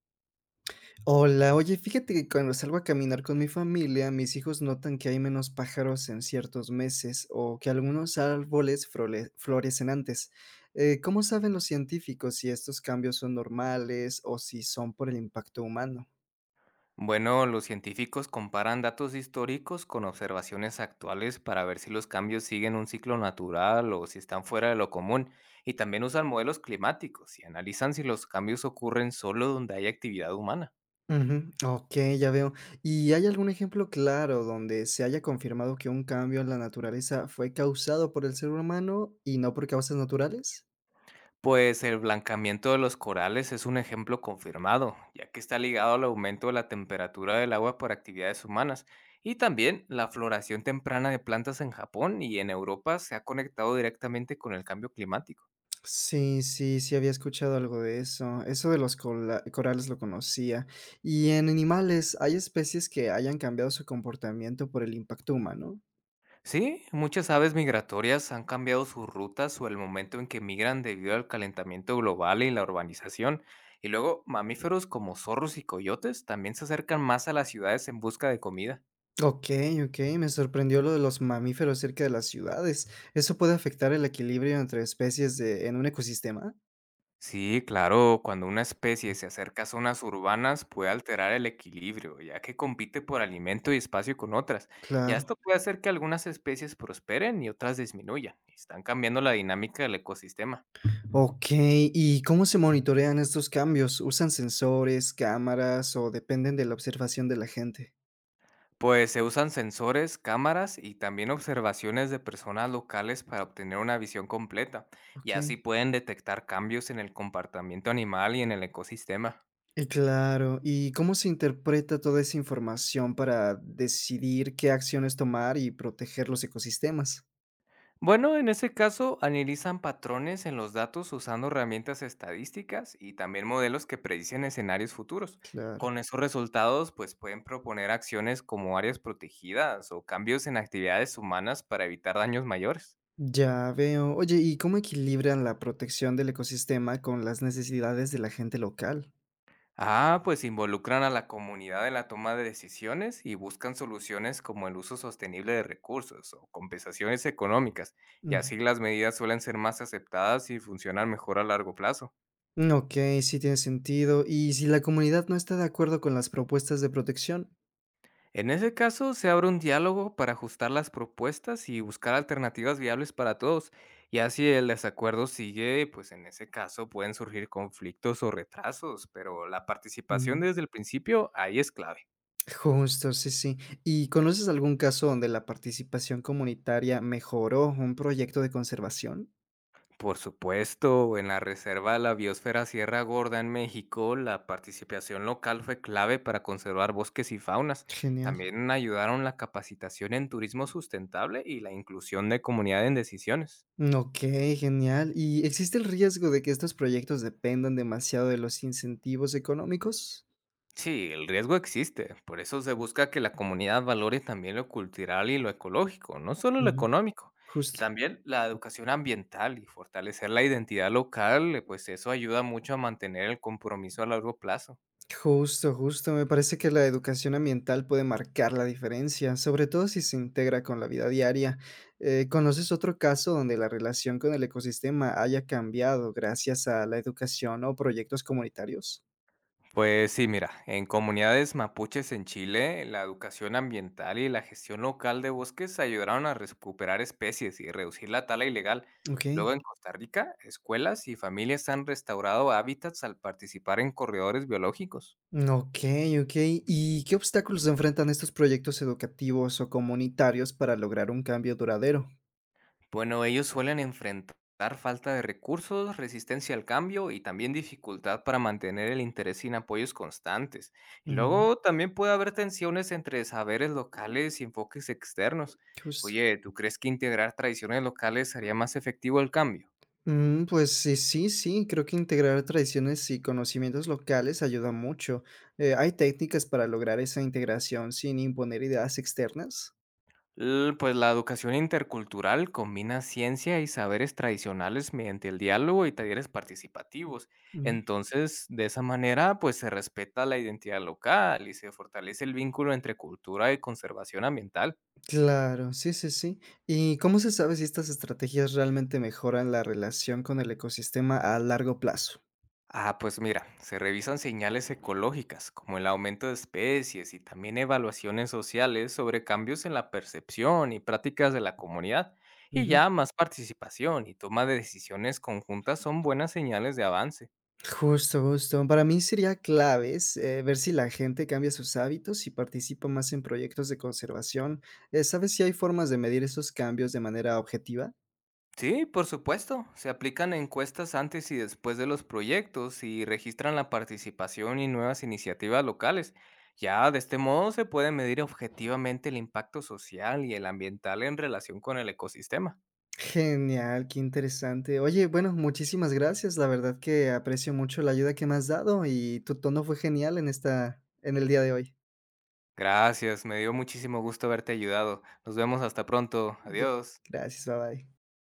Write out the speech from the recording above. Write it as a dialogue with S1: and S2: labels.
S1: Hola, oye, fíjate que cuando salgo a caminar con mi familia, mis hijos notan que hay menos pájaros en ciertos meses o que algunos árboles florecen antes. ¿Cómo saben los científicos si estos cambios son normales o si son por el impacto humano?
S2: Bueno, los científicos comparan datos históricos con observaciones actuales para ver si los cambios siguen un ciclo natural o si están fuera de lo común, y también usan modelos climáticos y analizan si los cambios ocurren solo donde hay actividad humana.
S1: Ujú, ok, ya veo. ¿Y hay algún ejemplo claro donde se haya confirmado que un cambio en la naturaleza fue causado por el ser humano y no por causas naturales?
S2: Pues el blancamiento de los corales es un ejemplo confirmado, ya que está ligado al aumento de la temperatura del agua por actividades humanas, y también la floración temprana de plantas en Japón y en Europa se ha conectado directamente con el cambio climático.
S1: Sí, sí, sí, había escuchado algo de eso. Eso de los corales lo conocía. Y en animales, ¿hay especies que hayan cambiado su comportamiento por el impacto humano?
S2: Sí, muchas aves migratorias han cambiado sus rutas o el momento en que migran debido al calentamiento global y la urbanización. Y luego, mamíferos como zorros y coyotes también se acercan más a las ciudades en busca de comida.
S1: Ok, ok, me sorprendió lo de los mamíferos cerca de las ciudades. ¿Eso puede afectar el equilibrio entre especies en un ecosistema?
S2: Sí, claro, cuando una especie se acerca a zonas urbanas puede alterar el equilibrio, ya que compite por alimento y espacio con otras. Y esto
S1: Claro.
S2: puede hacer que algunas especies prosperen y otras disminuyan. Están cambiando la dinámica del ecosistema.
S1: Ok, ¿y cómo se monitorean estos cambios? ¿Usan sensores, cámaras o dependen de la observación de la gente?
S2: Pues se usan sensores, cámaras y también observaciones de personas locales para obtener una visión completa, y
S1: Ok.
S2: así pueden detectar cambios en el comportamiento animal y en el ecosistema.
S1: Y claro, ¿y cómo se interpreta toda esa información para decidir qué acciones tomar y proteger los ecosistemas?
S2: Bueno, en ese caso analizan patrones en los datos usando herramientas estadísticas y también modelos que predicen escenarios futuros.
S1: Claro,
S2: Con esos resultados, pues pueden proponer acciones como áreas protegidas o cambios en actividades humanas para evitar daños mayores.
S1: ya veo. Oye, ¿y cómo equilibran la protección del ecosistema con las necesidades de la gente local?
S2: Ah, pues involucran a la comunidad en la toma de decisiones y buscan soluciones como el uso sostenible de recursos o compensaciones económicas, y
S1: Ujú.
S2: así las medidas suelen ser más aceptadas y funcionan mejor a largo plazo.
S1: Ok, sí tiene sentido. ¿Y si la comunidad no está de acuerdo con las propuestas de protección?
S2: En ese caso, se abre un diálogo para ajustar las propuestas y buscar alternativas viables para todos, y así el desacuerdo sigue, pues en ese caso pueden surgir conflictos o retrasos, pero la participación
S1: Ujú.
S2: desde el principio ahí es clave.
S1: Justo, sí, sí. ¿Y conoces algún caso donde la participación comunitaria mejoró un proyecto de conservación?
S2: Por supuesto, en la Reserva La Biosfera Sierra Gorda en México, la participación local fue clave para conservar bosques y faunas.
S1: Genial.
S2: También ayudaron la capacitación en turismo sustentable y la inclusión de comunidad en decisiones.
S1: Okey, genial. ¿Y existe el riesgo de que estos proyectos dependan demasiado de los incentivos económicos?
S2: Sí, el riesgo existe, por eso se busca que la comunidad valore también lo cultural y lo ecológico, no solo lo
S1: Ujú,
S2: económico. Y
S1: justo.
S2: también la educación ambiental y fortalecer la identidad local, pues eso ayuda mucho a mantener el compromiso a largo plazo.
S1: Justo, justo. Me parece que la educación ambiental puede marcar la diferencia, sobre todo si se integra con la vida diaria. ¿Conoces otro caso donde la relación con el ecosistema haya cambiado gracias a la educación o proyectos comunitarios?
S2: Pues sí, mira, en comunidades mapuches en Chile, la educación ambiental y la gestión local de bosques ayudaron a recuperar especies y reducir la tala ilegal.
S1: Okey.
S2: Luego en Costa Rica, escuelas y familias han restaurado hábitats al participar en corredores biológicos.
S1: Okey, okey. ¿Y qué obstáculos enfrentan estos proyectos educativos o comunitarios para lograr un cambio duradero?
S2: Bueno, ellos suelen enfrentar falta de recursos, resistencia al cambio y también dificultad para mantener el interés sin apoyos constantes. Y
S1: Mm,
S2: luego también puede haber tensiones entre saberes locales y enfoques externos.
S1: justo.
S2: Oye, ¿tú crees que integrar tradiciones locales haría más efectivo el cambio?
S1: Pues sí, sí, sí, creo que integrar tradiciones y conocimientos locales ayuda mucho. ¿Hay técnicas para lograr esa integración sin imponer ideas externas?
S2: Pues la educación intercultural combina ciencia y saberes tradicionales mediante el diálogo y talleres participativos.
S1: Mm,
S2: Entonces, de esa manera, pues se respeta la identidad local y se fortalece el vínculo entre cultura y conservación ambiental.
S1: claro, sí, sí, sí. ¿Y cómo se sabe si estas estrategias realmente mejoran la relación con el ecosistema a largo plazo?
S2: Ah, pues mira, se revisan señales ecológicas como el aumento de especies y también evaluaciones sociales sobre cambios en la percepción y prácticas de la comunidad. Y ya más participación y toma de decisiones conjuntas son buenas señales de avance.
S1: Justo, justo. Para mí sería claves, ver si la gente cambia sus hábitos y participa más en proyectos de conservación. ¿Sabes si hay formas de medir esos cambios de manera objetiva?
S2: Sí, por supuesto. Se aplican encuestas antes y después de los proyectos y registran la participación y nuevas iniciativas locales. Ya de este modo se puede medir objetivamente el impacto social y el ambiental en relación con el ecosistema.
S1: Genial, qué interesante. Oye, bueno, muchísimas gracias. La verdad que aprecio mucho la ayuda que me has dado y tu tono fue genial en esta, en el día de hoy.
S2: Gracias, me dio muchísimo gusto haberte ayudado. Nos vemos hasta pronto.
S1: Gra-
S2: Adiós.
S1: Gracias, bye bye.